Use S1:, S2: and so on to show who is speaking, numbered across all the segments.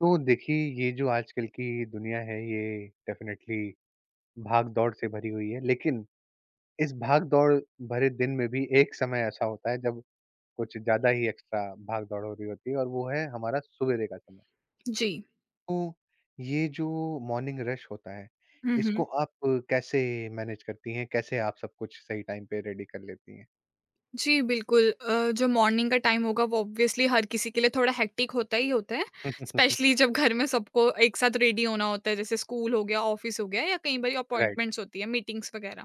S1: तो देखिए, ये जो आजकल की दुनिया है, ये डेफ़िनेटली भाग-दौड़ से भरी हुई है। लेकिन इस भाग-दौड़ भरे दिन में भी एक समय ऐसा होता है, जब कुछ ज़्यादा ही एक्स्ट्रा भाग-दौड़ हो रही होती है और वो है हमारा सवेरे का समय।
S2: जी।
S1: तो ये जो मॉर्निंग रश होता है,
S2: हुँ,
S1: इसको
S2: हुँ।
S1: आप कैसे मैनेज करती हैं? कैसे आप सब कुछ सही टाइम पे रेडी कर लेती हैं?
S2: जी, बिल्कुल, जो मॉर्निंग का टाइम होगा वो ऑब्वियसली हर किसी के लिए थोड़ा हेक्टिक होता ही होता है। स्पेशली जब घर में सबको एक साथ रेडी होना होता है, जैसे स्कूल हो गया, ऑफ़िस हो गया या कई बारी
S1: राइट।
S2: अपॉइंटमेंट्स होती है, मीटिंग्स वगैरह।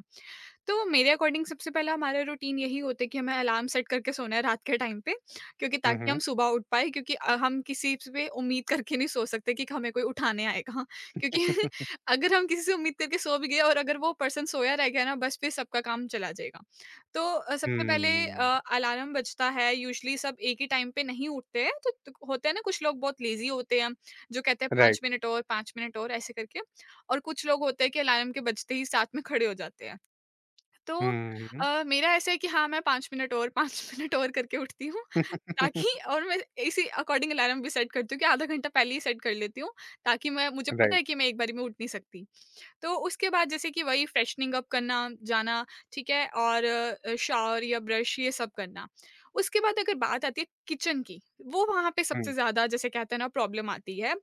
S2: तो मेरे अकॉर्डिंग सबसे पहला हमारा रूटीन यही होता है कि हमें अलार्म सेट करके सोना है रात के टाइम पे, क्योंकि
S1: हुँ,
S2: ताकि
S1: हुँ।
S2: हम सुबह उठ पाएँ, क्योंकि हम किसी पे उम्मीद करके नहीं सो सकते कि हमें कोई उठाने आएगा। हाँ। क्योंकि अगर हम किसी से उम्मीद करके सो भी गए और अगर वो पर्सन सोया रह गया ना, बस फिर सबका काम चला जाएगा। तो सबसे पहले
S1: हुँ।
S2: अलार्म बजता है। यूजुअली सब एक ही टाइम पे नहीं उठते हैं, तो होते हैं ना, कुछ लोग बहुत लेजी होते हैं जो कहते हैं पाँच
S1: राइट।
S2: मिनट और, 5 मिनट और, ऐसे करके। और कुछ लोग होते हैं कि अलार्म के बजते ही साथ में खड़े हो जाते हैं। तो
S1: हुँ, हुँ।
S2: मेरा ऐसा है कि हाँ, मैं 5 मिनट और पाँच मिनट और करके उठती हूँ, ताकि। और मैं इसी अकॉर्डिंग अलार्म भी सेट करती हूँ कि आधा घंटा पहले ही सेट कर लेती हूँ, ताकि मैं मुझे पता है
S1: राइट।
S2: कि मैं एक बारी में उठ नहीं सकती। तो उसके बाद जैसे कि वही फ्रेशनिंग अप करना, जाना, ठीक है? और शावर या ब्रश, ये सब करना। उसके बाद अगर बात आती है किचन की, वो वहाँ पे
S1: हुँ।
S2: सबसे ज़्यादा, जैसे कहते हैं ना, प्रॉब्लम आती है,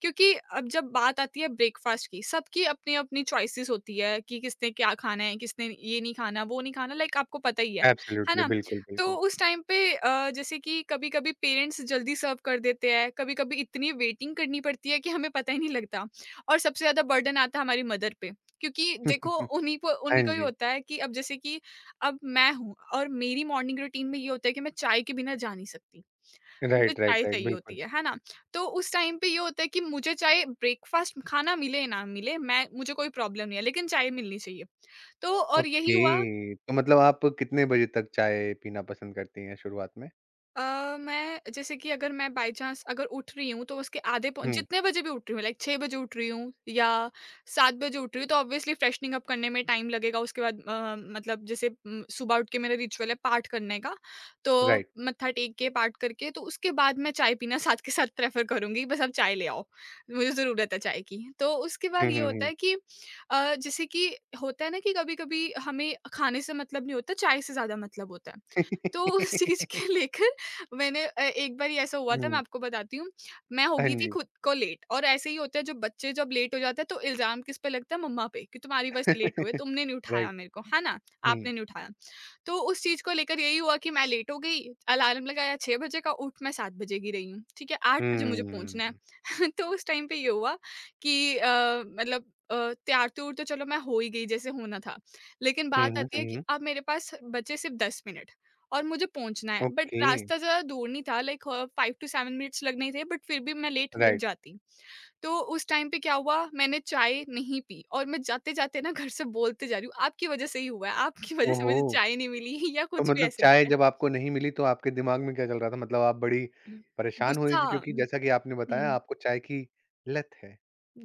S2: क्योंकि अब जब बात आती है ब्रेकफ़ास्ट की, सबकी अपनी-अपनी चॉइसेस होती है कि किसने क्या खाना है, किसने ये नहीं खाना, वो नहीं खाना। लाइक आपको पता ही है
S1: एब्सोल्युटली,
S2: ना?
S1: बिल्कुल,
S2: तो
S1: बिल्कुल।
S2: उस टाइम पे जैसे कि कभी-कभी पेरेंट्स जल्दी सर्व कर देते हैं, कभी-कभी इतनी वेटिंग करनी पड़ती है कि हमें पता ही नहीं लगता। और सबसे ज़्यादा बर्डन आता है हमारी मदर पे, क्योंकि देखो, उन्हीं को,
S1: हाँ
S2: उन्हीं का ही
S1: जी।
S2: होता है कि अब जैसे कि अब मैं हूँ, और मेरी मॉर्निंग रूटीन में ये होता है कि मैं चाय के बिना जा नहीं सकती। मुझे
S1: राइट,
S2: चाय
S1: राइट, राइट,
S2: चाहिए
S1: बिल्कुल।
S2: होती है ना? तो उस टाइम पे ये होता है कि मुझे चाहे ब्रेकफ़ास्ट खाना मिले ना मिले, मैं मुझे कोई प्रॉब्लम नहीं है, लेकिन चाय मिलनी चाहिए। तो और यही हुआ।
S1: ओके, तो मतलब आप कितने बजे तक चाय पीना पसंद करती हैं शुरुआत में?
S2: मैं जैसे कि, अगर मैं बाय चांस अगर उठ रही हूँ, तो उसके आधे पौ
S1: हुँ,
S2: जितने बजे भी उठ रही हूँ, लाइक 6 बजे उठ रही हूँ या 7 बजे उठ रही हूँ, तो ऑब्वियसली फ्रेशनिंग अप करने में टाइम लगेगा। उसके बाद मतलब, जैसे सुबह उठ के मेरा रिचुअल है पाठ करने का, तो
S1: राइट।
S2: मत्था टेक के, पाठ करके, तो उसके बाद मैं चाय पीना साथ के साथ प्रेफर करूँगी। बस आप चाय ले आओ, मुझे ज़रूरत है चाय की। तो उसके
S1: हुँ,
S2: बाद ये
S1: हुँ, हुँ।
S2: होता
S1: हुँ,
S2: है कि जैसे कि होता है ना कि कभी-कभी हमें खाने से मतलब नहीं होता, चाय से ज़्यादा मतलब होता है। तो उस चीज़ के लेकर, मैंने एक बारी ऐसा हुआ था, मैं आपको बताती हूँ। मैं हो
S1: हाँ
S2: गई थी
S1: जी।
S2: खुद को लेट, और ऐसे ही होता है जब बच्चे जब लेट हो जाते हैं, तो इल्ज़ाम किस पे लगता है, मम्मा पे, कि तुम्हारी वजह से लेट हुए, तुमने नहीं उठाया
S1: राइट,
S2: मेरे को, है ना?
S1: हुँ, हुँ।
S2: आपने नहीं उठाया। तो उस चीज़ को लेकर यही हुआ कि मैं लेट हो गई, अलार्म लगाया 6 बजे का, उठ मैं 7 बजे की रही हूँ, ठीक है? 8 बजे मुझे पहुँचना है। तो उस टाइम पे ये हुआ कि मतलब, अ, तैयार-तूयार तो चलो मैं हो ही गई जैसे होना था। लेकिन
S1: हुँ,
S2: बात
S1: हुँ,
S2: आती है कि
S1: हुँ।
S2: अब मेरे पास बचे सिर्फ़ 10 मिनट। और मुझे पहुँचना है, बट
S1: ओके,
S2: रास्ता ज़्यादा दूर नहीं था, लाइक 5 टू 7 मिनट्स लगने ही थे, बट फिर भी मैं लेट हो ही
S1: राइट।
S2: जाती। तो उस टाइम पे क्या हुआ, मैंने चाय नहीं पी, और मैं जाते-जाते ना घर से बोलते जा रही हूँ, आपकी वज़ह से ही हुआ है, आपकी वज़ह से मुझे
S1: ओहो!
S2: चाय नहीं मिली या
S1: तो
S2: कुछ भी
S1: मतलब
S2: ऐसे नहीं
S1: चाय
S2: है।
S1: जब आपको नहीं मिली तो आपके दिमाग में क्या चल रहा था? मतलब आप बड़ी
S2: हम्म,
S1: परेशान हो रही
S2: गुस्सा।
S1: थी क्योंकि जैसा कि आपने बताया
S2: हुँ,
S1: आपको चाय की लत है।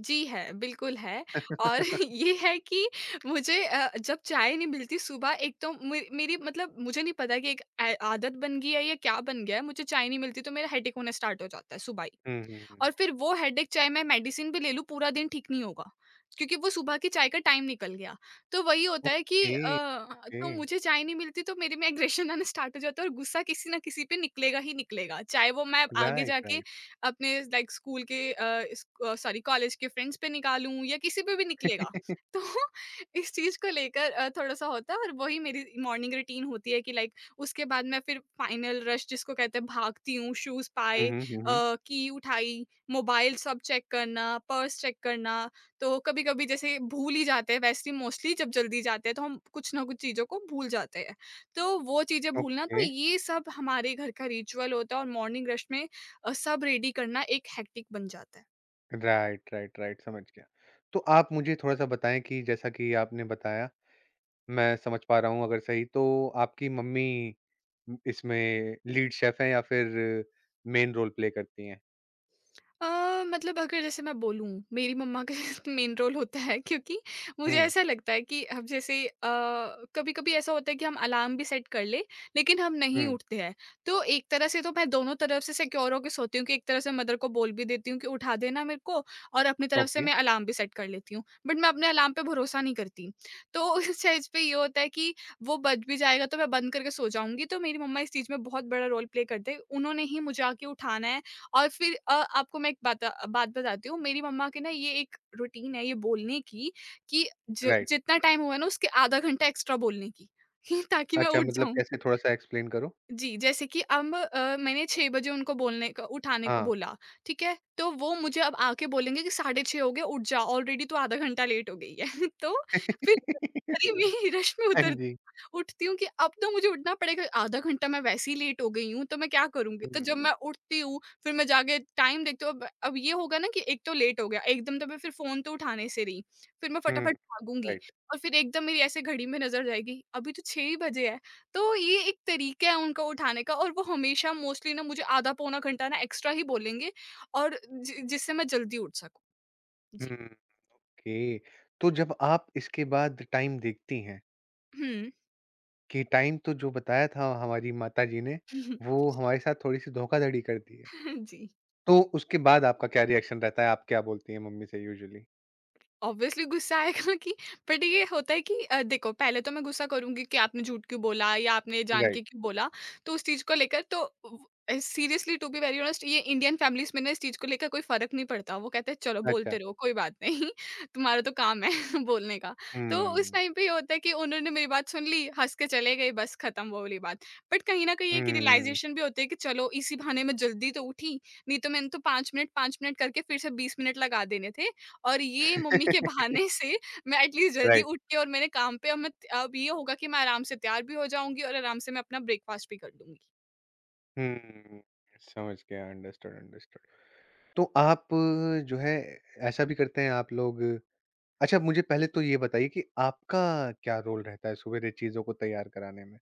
S2: जी है, बिल्कुल है। और ये है कि मुझे जब चाय नहीं मिलती सुबह, एक तो मे मेरी, मतलब मुझे नहीं पता कि एक ए आदत बन गई है या क्या बन गया है, मुझे चाय नहीं मिलती तो मेरा हेडेक होना स्टार्ट हो जाता है सुबह ही।
S1: हुँ, हुँ, हुँ।
S2: और फिर वो हेडेक चाहे मैं मेडिसिन भी ले लूँ, पूरा दिन ठीक नहीं होगा, क्योंकि वो सुबह की चाय का टाइम निकल गया। तो वही होता है कि
S1: ओके, ओके।
S2: तो मुझे चाय नहीं मिलती तो मेरे में एग्रेशन आना स्टार्ट हो जाता है, और गुस्सा किसी ना किसी पे निकलेगा ही निकलेगा। चाहे वो मैं आगे
S1: राइट,
S2: जाके
S1: राइट।
S2: अपने, लाइक स्कूल के, इस सॉरी कॉलेज के फ्रेंड्स पे निकालूँ, या किसी पे भी निकलेगा। तो इस चीज़ को लेकर थोड़ा-सा होता है, और वही मेरी मॉर्निंग रूटीन होती है कि लाइक उसके बाद मैं फिर फाइनल रश जिसको कहते हैं भागती हूँ, शूज़
S1: हुँ,
S2: पाए,
S1: हुँ, हुँ, हुँ।
S2: की उठाई, मोबाइल सब चेक करना, पर्स चेक करना, तो कभी-कभी जैसे भूल ही जाते हैं, वैसे मोस्टली जब जल्दी जाते हैं तो हम कुछ ना कुछ चीज़ों को भूल जाते हैं। तो वो चीज़ें भूलना, तो
S1: ओके।
S2: ये सब हमारे घर का रिचुअल होता है, और मॉर्निंग रश में सब रेडी करना एक हेक्टिक बन जाता है।
S1: राइट, राइट, राइट समझ गया। तो आप मुझे थोड़ा-सा बताएँ कि जैसा कि आपने बताया, मैं समझ पा रहा हूँ अगर सही तो आपकी मम्मी उ इसमें लीड शेफ़ हैं या फिर मेन रोल प्ले करती हैं?
S2: अ, मतलब, अगर जैसे मैं बोलूँ, मेरी मम्मा का मेन रोल होता है, क्योंकि मुझे
S1: हुँ,
S2: ऐसा लगता है कि हम जैसे, कभी-कभी ऐसा होता है कि हम अलार्म भी सेट कर लें, लेकिन हम नहीं
S1: हुँ।
S2: उठते हैं। तो एक तरह से तो मैं दोनों तरफ से सिक्योर होके सोती हूँ, कि एक तरह से मदर को बोल भी देती हूँ कि उठा देना मेरे को, और अपनी तरफ से
S1: ओके,
S2: मैं अलार्म भी सेट कर लेती हूँ। बट मैं अपने अलार्म पे भरोसा नहीं करती। तो उस चीज़ पे ये होता है कि वो बज भी जाएगा तो मैं बंद करके सो जाऊँगी, तो मेरी मम्मा इस चीज़ में बहुत बड़ा रोल प्ले करते हैं। उन्होंने ही मुझे आके उठाना है। और फिर आपको मैं एक बात बताती हूँ, मेरी मम्मा की ना ये एक रूटीन है, ये बोलने की कि ज
S1: राइट।
S2: जितना टाइम हुआ ना, उसके आधा घंटा एक्स्ट्रा बोलने की, ताकि मैं
S1: अच्छा
S2: उठ
S1: मतलब
S2: जाऊँ।
S1: कैसे थोड़ा-सा एक्सप्लेन करो?
S2: जी, जैसे कि अब मैंने 6 बजे उनको बोलने क उठाने को
S1: हाँ।
S2: बोला, ठीक है? तो वो मुझे अब आके बोलेंगे कि 6:30 हो गए, उठ जा, ऑलरेडी तो आधा घंटा लेट हो गई है। तो फिर हरी में रश में
S1: हाँ
S2: उतर
S1: जी।
S2: उठती हूँ कि अब तो मुझे उठना पड़ेगा, आधा घंटा मैं वैसे ही लेट हो गई हूँ, तो मैं क्या करूँगी? तो
S1: हुँ,
S2: जब मैं उठती हूँ, फिर मैं जाके टाइम देखती हूँ, अब ये होगा ना कि एक तो लेट हो गया, एकदम, तो मैं फिर फ़ोन तो उठाने से रही, फिर मैं
S1: हुँ,
S2: फटाफट भागूँगी,
S1: राइट।
S2: और फिर एकदम मेरी ऐसे घड़ी में नज़र जाएगी, अभी तो 6 ही बजे है। तो ये एक तरीका है उनका उठाने का, और वो हमेशा मोस्टली ना मुझे आधा पौना घंटा ना एक्स्ट्रा ही बोलेंगे, और जि जिससे मैं जल्दी उठ सकूँ। जी।
S1: Hmm, okay. तो जब आप इसके बाद टाइम देखती हैं
S2: हुँ।
S1: कि टाइम तो जो बताया था हमारी माताजी ने,
S2: जी।
S1: वो हमारे साथ थोड़ी-सी धोखाधड़ी कर दी है।
S2: जी।
S1: तो उसके बाद आपका क्या रिएक्शन रहता है? आप क्या बोलती हैं मम्मी से यूजुअली?
S2: ऑब्वियसली गुस्सा आएगा कि। बट ये होता है कि देखो, पहले तो मैं गुस्सा करूंगी कि आपने झूठ क्यों बोला या आपने जान
S1: राइट,
S2: के क्यों बोला। तो उस चीज को लेकर तो, seriously to be very honest, ये इंडियन फैमिलीज में ना, इस चीज को लेकर कोई फर्क नहीं पड़ता। वो कहते हैं, चलो
S1: अच्छा।
S2: बोलते रहो, कोई बात नहीं तुम्हारा तो काम है बोलने का। तो उस
S1: हुँ,
S2: टाइम पे ये होता है कि उन्होंने मेरी बात सुन ली, हंस के चले गए, बस खत्म वो वाली बात। बट कहीं ना कहीं एक
S1: हुँ।
S2: रियलाइजेशन भी होती है कि चलो इसी बहाने में जल्दी तो उठी, नहीं तो मैंने तो 5 मिनट 5 मिनट करके फिर से 20 मिनट लगा देने थे, और ये मम्मी के बहाने से मैं एटलीस्ट जल्दी
S1: राइट,
S2: उठ के, और मेरे काम पे, अब मैं, अब ये होगा कि मैं आराम से तैयार भी हो जाऊँगी और आराम से मैं अपना ब्रेकफास्ट भी कर लूँगी।
S1: हुँ। समझ गया, अंडरस्टूड, अंडरस्टूड। तो आप जो है ऐसा भी करते हैं आप लोग अच्छा मुझे पहले तो ये बताइए कि आपका क्या रोल रहता है सवेरे चीज़ों को तैयार कराने में?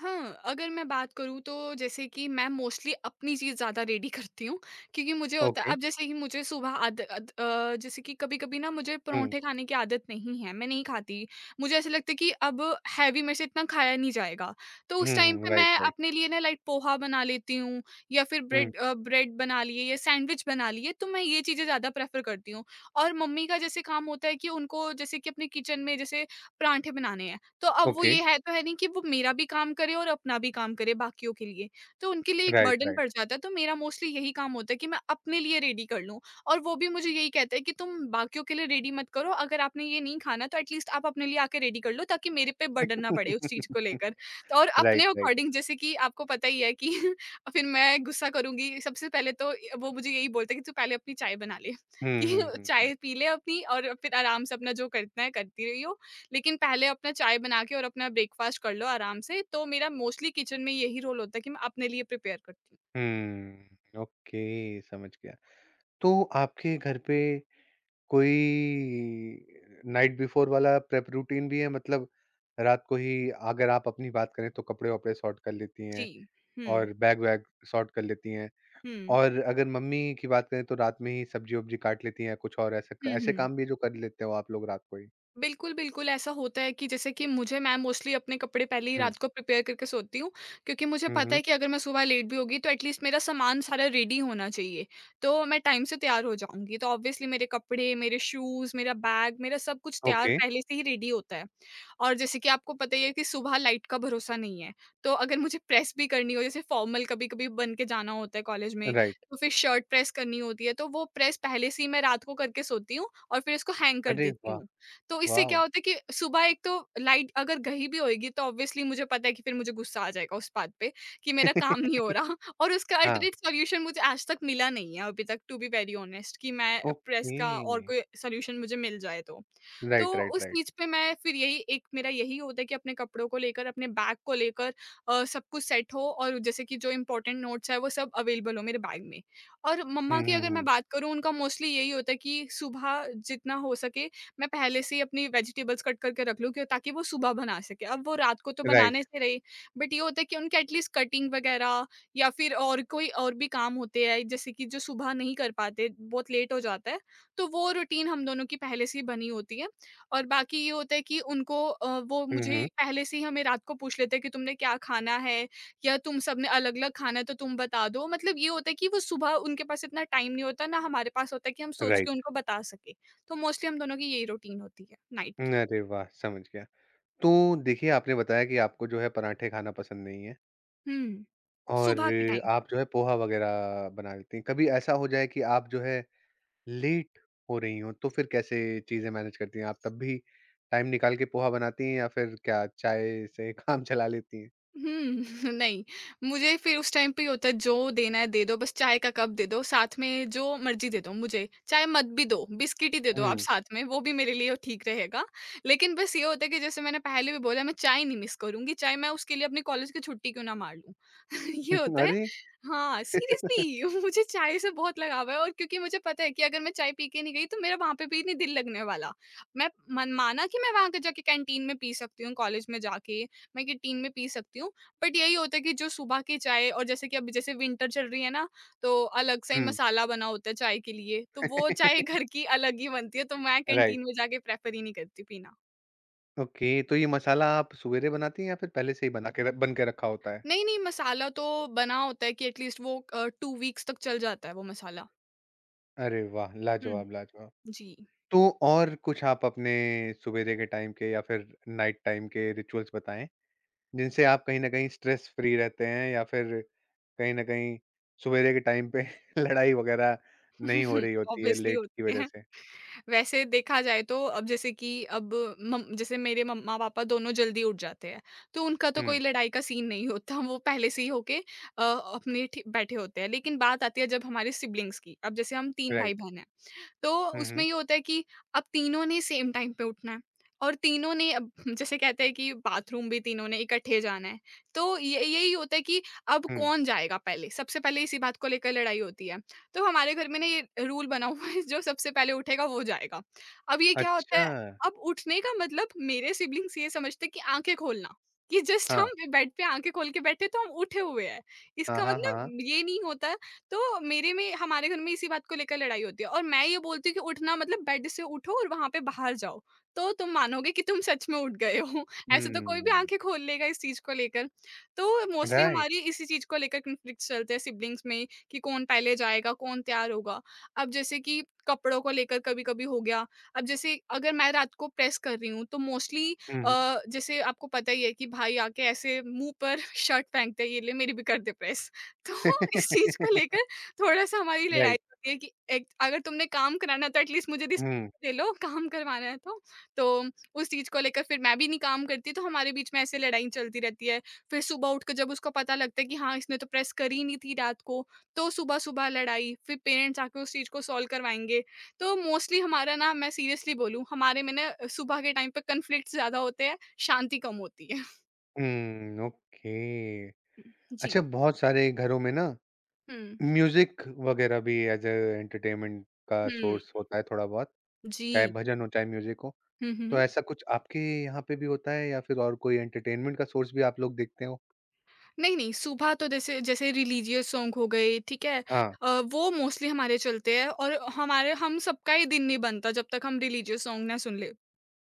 S2: हाँ, अगर मैं बात करूँ तो जैसे कि मैं मोस्टली अपनी चीज़ ज़्यादा रेडी करती हूँ, क्योंकि मुझे होता है,
S1: ओके।
S2: अब जैसे कि मुझे सुबह जैसे कि कभी-कभी ना, मुझे
S1: हुँ।
S2: पराँठे खाने की आदत नहीं है, मैं नहीं खाती। मुझे ऐसा लगता है कि अब हैवी मेरे से इतना खाया नहीं जाएगा। तो उस
S1: हुँ,
S2: टाइम
S1: हुँ।
S2: पे
S1: राइट,
S2: मैं
S1: राइट।
S2: अपने लिए ना लाइक पोहा बना लेती हूँ, या फिर
S1: हुँ,
S2: ब्रेड बना लिए या सैंडविच बना लिए, तो मैं ये चीज़ें ज़्यादा प्रेफ़र करती हूँ। और मम्मी का जैसे काम होता है कि उनको जैसे कि अपने किचन में जैसे पराँठे बनाने हैं, तो अब वो
S1: ओके।
S2: ये है तो है नहीं कि वो मेरा भी काम करे और अपना भी काम करे बाकियों के लिए। तो उनके लिए एक
S1: राइट,
S2: बर्डन पड़
S1: राइट।
S2: जाता है, तो मेरा मोस्टली यही काम होता है कि मैं अपने लिए रेडी कर लूँ। और वो भी मुझे यही कहते हैं कि तुम बाकियों के लिए रेडी मत करो, अगर आपने ये नहीं खाना तो एटलीस्ट आप अपने लिए आके रेडी कर लो ताकि मेरे पे बर्डन ना पड़े उस चीज़ को लेकर। तो और अपने
S1: राइट, राइट।
S2: अकॉर्डिंग जैसे कि आपको पता ही है कि फिर मैं गुस्सा करूँगी, सबसे पहले तो य वो मुझे यही बोलते हैं कि तू पहले अपनी चाय बना ले
S1: हुँ,
S2: कि
S1: हुँ, हुँ, हुँ।
S2: चाय पी ले अपनी और फिर आराम से अपना जो करना है करती रहियो, लेकिन पहले अपना चाय बना के और अपना ब्रेकफ़ास्ट कर लो आराम से। तो मेरा मोस्टली किचन में यही रोल होता है कि मैं अपने लिए प्रिपेयर करती हूँ।
S1: हुँ, ओके, समझ गया। तो आपके घर पे कोई नाइट बिफोर वाला प्रेप रूटीन भी है? मतलब रात को ही अगर आप अपनी बात करें तो कपड़े-वपड़े सॉर्ट कर लेती हैं
S2: जी। हुँ,
S1: और बैग-वैग सॉर्ट कर लेती हैं।
S2: हुँ।
S1: और अगर मम्मी की बात करें तो रात में ही सब्ज़ी-वब्ज़ी काट लेती हैं या कुछ और ऐसे क
S2: हुँ,
S1: ऐसे
S2: हुँ।
S1: काम भी जो कर लेते हो आप लोग रात को ही?
S2: बिल्कुल, बिल्कुल, ऐसा होता है कि जैसे कि मुझे मैं मोस्टली अपने कपड़े पहले ही
S1: हुँ,
S2: रात को प्रिपेयर करके सोती हूँ, क्योंकि मुझे
S1: हुँ,
S2: पता
S1: हुँ।
S2: है कि अगर मैं सुबह लेट भी होगी तो एटलीस्ट मेरा सामान सारा रेडी होना चाहिए, तो मैं टाइम से तैयार हो जाऊँगी। तो ऑब्वियसली मेरे कपड़े, मेरे शूज़, मेरा बैग, मेरा सब कुछ तैयार
S1: ओके,
S2: पहले से ही रेडी होता है। और जैसे कि आपको पता ही है कि सुबह लाइट का भरोसा नहीं है, तो अगर मुझे प्रेस भी करनी हो, जैसे फॉर्मल कभी-कभी बन के जाना होता है कॉलेज में,
S1: राइट।
S2: तो फिर शर्ट प्रेस करनी होती है, तो वो प्रेस पहले से ही मैं रात को करके सोती हूँ और फिर इसको हैंग कर
S1: अरे
S2: देती
S1: वाह!
S2: हूँ। तो इससे क्या
S1: वॉव!
S2: होता है कि सुबह एक तो लाइट अगर गई भी होएगी तो ऑब्वियसली मुझे पता है कि फिर मुझे गुस्सा आ जाएगा उस बात पे कि मेरा काम नहीं हो रहा और उसका
S1: हाँ,
S2: अल्टरनेट सॉल्यूशन मुझे आज तक मिला नहीं है अभी तक, टू बी वेरी ऑनेस्ट, कि मैं प्रेस
S1: ओके।
S2: का और कोई सॉल्यूशन मुझे मिल जाए तो। तो
S1: राइट, राइट,
S2: उस
S1: राइट।
S2: चीज पे मैं फिर यही एक मेरा यही होता है कि अपने कपड़ों को लेकर अपने बैग को लेकर सब कुछ सेट हो, और जैसे कि जो इंपॉर्टेंट नोट्स है वो सब अवेलेबल हो मेरे बैग में। और मम्मा
S1: हुँ,
S2: की
S1: हुँ,
S2: अगर मैं
S1: हुँ।
S2: बात करूँ, उनका मोस्टली यही होता है कि सुबह जितना हो सके मैं पहले से ही अपनी वेजिटेबल्स कट करके रख लूँ, क्यों ताकि वो सुबह बना सके। अब वो रात को तो बनाने
S1: राइट।
S2: से रही, बट ये होता है कि उनका एटलीस्ट कटिंग वगैरह या फिर और कोई और भी काम होते हैं जैसे कि जो सुबह नहीं कर पाते, बहुत लेट हो जाता है, तो वो रूटीन हम दोनों की पहले से ही बनी होती है। और बाकी ये होता है कि उनको वो
S1: हुँ,
S2: मुझे
S1: हुँ।
S2: पहले से ही हमें रात को पूछ लेते हैं कि तुमने क्या खाना है या तुम सबने अलग-अलग खाना है तो तुम बता दो। मतलब ये होता है कि वो सुबह उनके पास इतना टाइम नहीं होता, ना हमारे पास होता है कि हम सोच के
S1: राइट।
S2: उनको बता सकें। तो मोस्टली हम दोनों की यही रूटीन होती है नाइट की।
S1: अरे वाह! समझ गया। तो देखिए आपने बताया कि आपको जो है पराठे खाना पसंद नहीं है
S2: हुँ।
S1: और
S2: सुबह के टाइम।
S1: आप जो है पोहा वग़ैरह बना लेती हैं। कभी ऐसा हो जाए कि आप जो है लेट हो रही हों, तो फिर कैसे चीज़ें मैनेज करती हैं? आप तब भी टाइम निकाल के पोहा बनाती हैं या फिर क्या चाय से काम चला लेती हैं?
S2: हुँ, नहीं, मुझे फिर उस टाइम पे ये होता है जो देना है दे दो, बस चाय का कप दे दो, साथ में जो मर्ज़ी दे दो मुझे, चाहे मत भी दो, बिस्किट ही दे दो आप
S1: हुँ।
S2: साथ में, वो भी मेरे लिए ठीक रहेगा। लेकिन बस ये होता है कि जैसे मैंने पहले भी बोला, मैं चाय नहीं मिस करूँगी, चाहे मैं उसके लिए अपने कॉलेज की छुट्टी क्यों ना मार लूँ। ये होता है।
S1: अरे!
S2: हाँ, सीरियसली, मुझे चाय से बहुत लगाव है और क्योंकि मुझे पता है कि अगर मैं चाय पी के नहीं गई तो मेरा वहाँ पे भी नहीं दिल लगने वाला। मैं मन माना कि मैं वहाँ के जाके कैंटीन में पी सकती हूँ, कॉलेज में जाके मैं कि टीन में पी सकती हूँ। बट यही होता है कि जो सुबह की चाय, और जैसे कि अभी जैसे विंटर चल रही है ना, तो अलग सा ही
S1: हुँ।
S2: मसाला बना होता है चाय के लिए, तो वो चाय घर की अलग ही बनती है, तो मैं कैंटीन
S1: राइट।
S2: में जाके प्रेफ़र ही नहीं करती पीना।
S1: ओके, तो ये मसाला आप सवेरे बनाती हैं या फिर पहले से ही बना के रख बन के रखा होता है?
S2: नहीं, नहीं, मसाला तो बना होता है कि एटलीस्ट वो 2 वीक्स तक चल जाता है वो मसाला।
S1: अरे वाह!
S2: हुँ,
S1: लाजवाब, लाजवाब।
S2: जी।
S1: तो और कुछ आप अपने सुबेरे के टाइम के या फिर नाइट टाइम के रिचुअल्स बताएँ, जिनसे आप कहीं न कहीं स्ट्रेस फ्री रहते हैं या फिर कहीं न कहीं सुबेरे के टाइम पे लड़ाई वगैरह नहीं हो रही होती है
S2: ऑब्वियसली
S1: लेट की
S2: होती
S1: वजह
S2: है।
S1: से?
S2: वैसे देखा जाए तो अब जैसे कि अब मम जैसे मेरे मम्मा पापा दोनों जल्दी उठ जाते हैं, तो उनका तो
S1: हुँ,
S2: कोई लड़ाई का सीन नहीं होता, वो पहले से ही होके अपने ठी बैठे होते हैं। लेकिन बात आती है जब हमारे सिब्लिंग्स की, अब जैसे हम 3
S1: राइट।
S2: भाई-बहन हैं। तो
S1: हुँ, हुँ,
S2: उसमें ये होता है कि अब तीनों ने सेम टाइम पे उठना है और तीनों ने अब जैसे कहते हैं कि बाथरूम भी तीनों ने इकट्ठे जाना है, तो ये यही होता है कि अब
S1: हुँ।
S2: कौन जाएगा पहले, सबसे पहले इसी बात को लेकर लड़ाई होती है। तो हमारे घर में ना ये रूल बना हुआ है जो सबसे पहले उठेगा वो जाएगा। अब ये क्या होता
S1: अच्छा!
S2: है, अब उठने का मतलब मेरे सिबलिंग्स ये समझते हैं कि आंखें खोलना, कि जस्ट
S1: हाँ।
S2: हम बेड पे आंखें खोल के बैठे तो हम उठे हुए हैं।
S1: हाँ,
S2: इसका
S1: हाँ, हाँ।
S2: मतलब ये नहीं होता। तो मेरे में हमारे घर में इसी बात को लेकर लड़ाई होती है, और मैं ये बोलती हूँ कि उठना मतलब बेड से उठो और वहाँ पे बाहर जाओ, तो तुम मानोगे कि तुम सच में उठ गए हो। ऐसे तो कोई भी
S1: हुँ,
S2: आँखें खोल लेगा इस चीज़ को लेकर। तो मोस्टली
S1: राइट।
S2: हमारी इसी चीज़ को लेकर कॉन्फ्लिक्ट्स चलते हैं सिबलिंग्स में कि कौन पहले जाएगा, कौन तैयार होगा। अब जैसे कि कपड़ों को लेकर कभी-कभी हो गया। अब जैसे अगर मैं रात को प्रेस कर रही हूँ तो मोस्टली
S1: हुँ, हुँ।
S2: जैसे आपको पता ही है कि भाई आके ऐसे मुँह पर शर्ट फेंकते हैं, "ये ले मेरी भी कर दे प्रेस।" तो इस चीज़ को लेकर थोड़ा-सा हमारी लड़ाई
S1: राइट।
S2: होती है कि एक अगर तुमने काम कराना है तो एटलीस्ट मुझे रिस्क
S1: हुँ,
S2: दे लो, काम करवाना है तो। तो उस चीज़ को लेकर फिर मैं भी नहीं काम करती, तो हमारे बीच में ऐसे लड़ाई चलती रहती है। फिर सुबह उठकर जब उसको पता लगता है कि हाँ, इसने तो प्रेस करी ही नहीं थी रात को, तो सुबह-सुबह लड़ाई, फिर पेरेंट्स आके उस चीज़ को सॉल्व करवाएँगे। तो मोस्टली हमारा ना, मैं सीरियसली बोलूँ, हमारे में ना सुबह के टाइम पे कॉन्फ्लिक्ट्स ज़्यादा होते हैं, शांति कम होती है।
S1: Hmm, okay.
S2: जी।
S1: अच्छा बहुत सारे घरों में ना
S2: हुँ।
S1: म्यूजिक वगैरह भी एज अ एंटरटेनमेंट का
S2: हुँ,
S1: सोर्स होता है थोड़ा बहुत, चाहे
S2: जी।
S1: भजन हो, चाहे म्यूजिक हो।
S2: हुँ,
S1: तो
S2: हुँ।
S1: ऐसा कुछ आपके यहाँ पे भी होता है या फिर और कोई एंटरटेनमेंट का सोर्स भी आप लोग देखते हो?
S2: नहीं, नहीं, सुबह तो जैसे जैसे रिलीजियस सॉन्ग हो गए, ठीक है?
S1: हाँ।
S2: वो मोस्टली हमारे चलते हैं, और हमारे हम सबका ही दिन नहीं बनता जब तक हम रिलीजियस सॉन्ग ना सुन लें।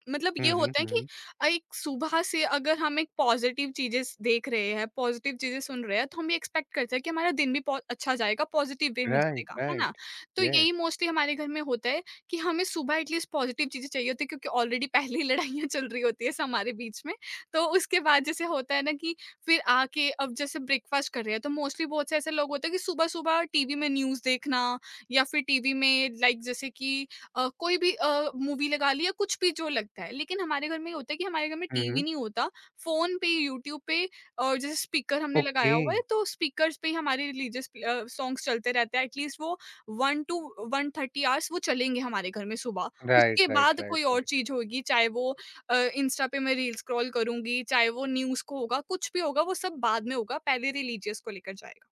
S2: मतलब
S1: हुँ,
S2: ये
S1: हुँ,
S2: होता है
S1: हुँ,
S2: कि
S1: हुँ।
S2: एक सुबह से अगर हम एक पॉजिटिव चीज़ें स देख रहे हैं, पॉजिटिव चीज़ें सुन रहे हैं, तो हम ये एक्सपेक्ट करते हैं कि हमारा दिन भी पो अच्छा जाएगा, पॉजिटिव वे में
S1: राइट,
S2: जाएगा, है ना?
S1: राइट।
S2: तो यही
S1: येस।
S2: मोस्टली हमारे घर में होता है कि हमें सुबह एटलीस्ट पॉजिटिव चीज़ें चाहिए होती हैं, क्योंकि ऑलरेडी पहले ही लड़ाइयाँ चल रही होती हैं स हमारे बीच में। तो उसके बाद जैसे होता है ना कि फिर आके अब जैसे ब्रेकफ़ास्ट कर रहे हैं, तो मोस्टली बहुत से ऐसे लोग होते हैं कि सुबह-सुबह टीवी में न्यूज़ देखना या फिर टीवी में लाइक जैसे कि कोई भी मूवी लगा ली, या कुछ भी जो लगता है। लेकिन हमारे घर में ये होता है कि हमारे घर में
S1: हुँ,
S2: टीवी
S1: हुँ।
S2: नहीं होता, फ़ोन पे, यूट्यूब पे, और जैसे स्पीकर हमने
S1: ओके।
S2: लगाया हुआ है तो स्पीकर्स पे ही हमारे रिलीजियस सॉन्ग्स चलते रहते हैं। एटलीस्ट वो 1 टू 1:30 आवर्स वो चलेंगे हमारे घर में सुबह। उसके
S1: राइट, राइट,
S2: बाद
S1: राइट,
S2: कोई और
S1: राइट।
S2: चीज़ होगी, चाहे वो इंस्टा पे मैं रील स्क्रॉल करूँगी, चाहे वो न्यूज़ को होगा, कुछ भी होगा वो सब बाद में होगा, पहले रिलीजियस को लेकर जाएगा।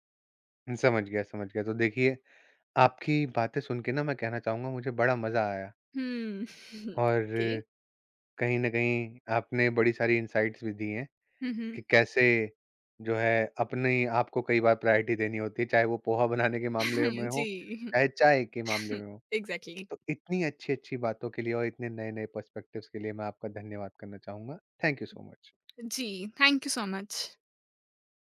S1: समझ गया, समझ गया। तो देखिए, आपकी बातें सुन के ना मैं कहना चाहूँगा मुझे बड़ा मज़ा आया
S2: हुँ। ओके।
S1: और कहीं न कहीं आपने बड़ी सारी इनसाइट्स भी दी हैं।
S2: हुँ, हुँ।
S1: कि कैसे जो है अपने आप को कई बार प्रायोरिटी देनी होती है, चाहे वो पोहा बनाने के मामले में हो,
S2: जी।
S1: चाहे चाय के मामले में हो।
S2: एग्ज़ैक्टली।
S1: तो इतनी अच्छी-अच्छी बातों के लिए और इतने नए-नए पर्सपेक्टिव्स के लिए मैं आपका धन्यवाद करना चाहूँगा। Thank you so much.
S2: Ji, thank you so much.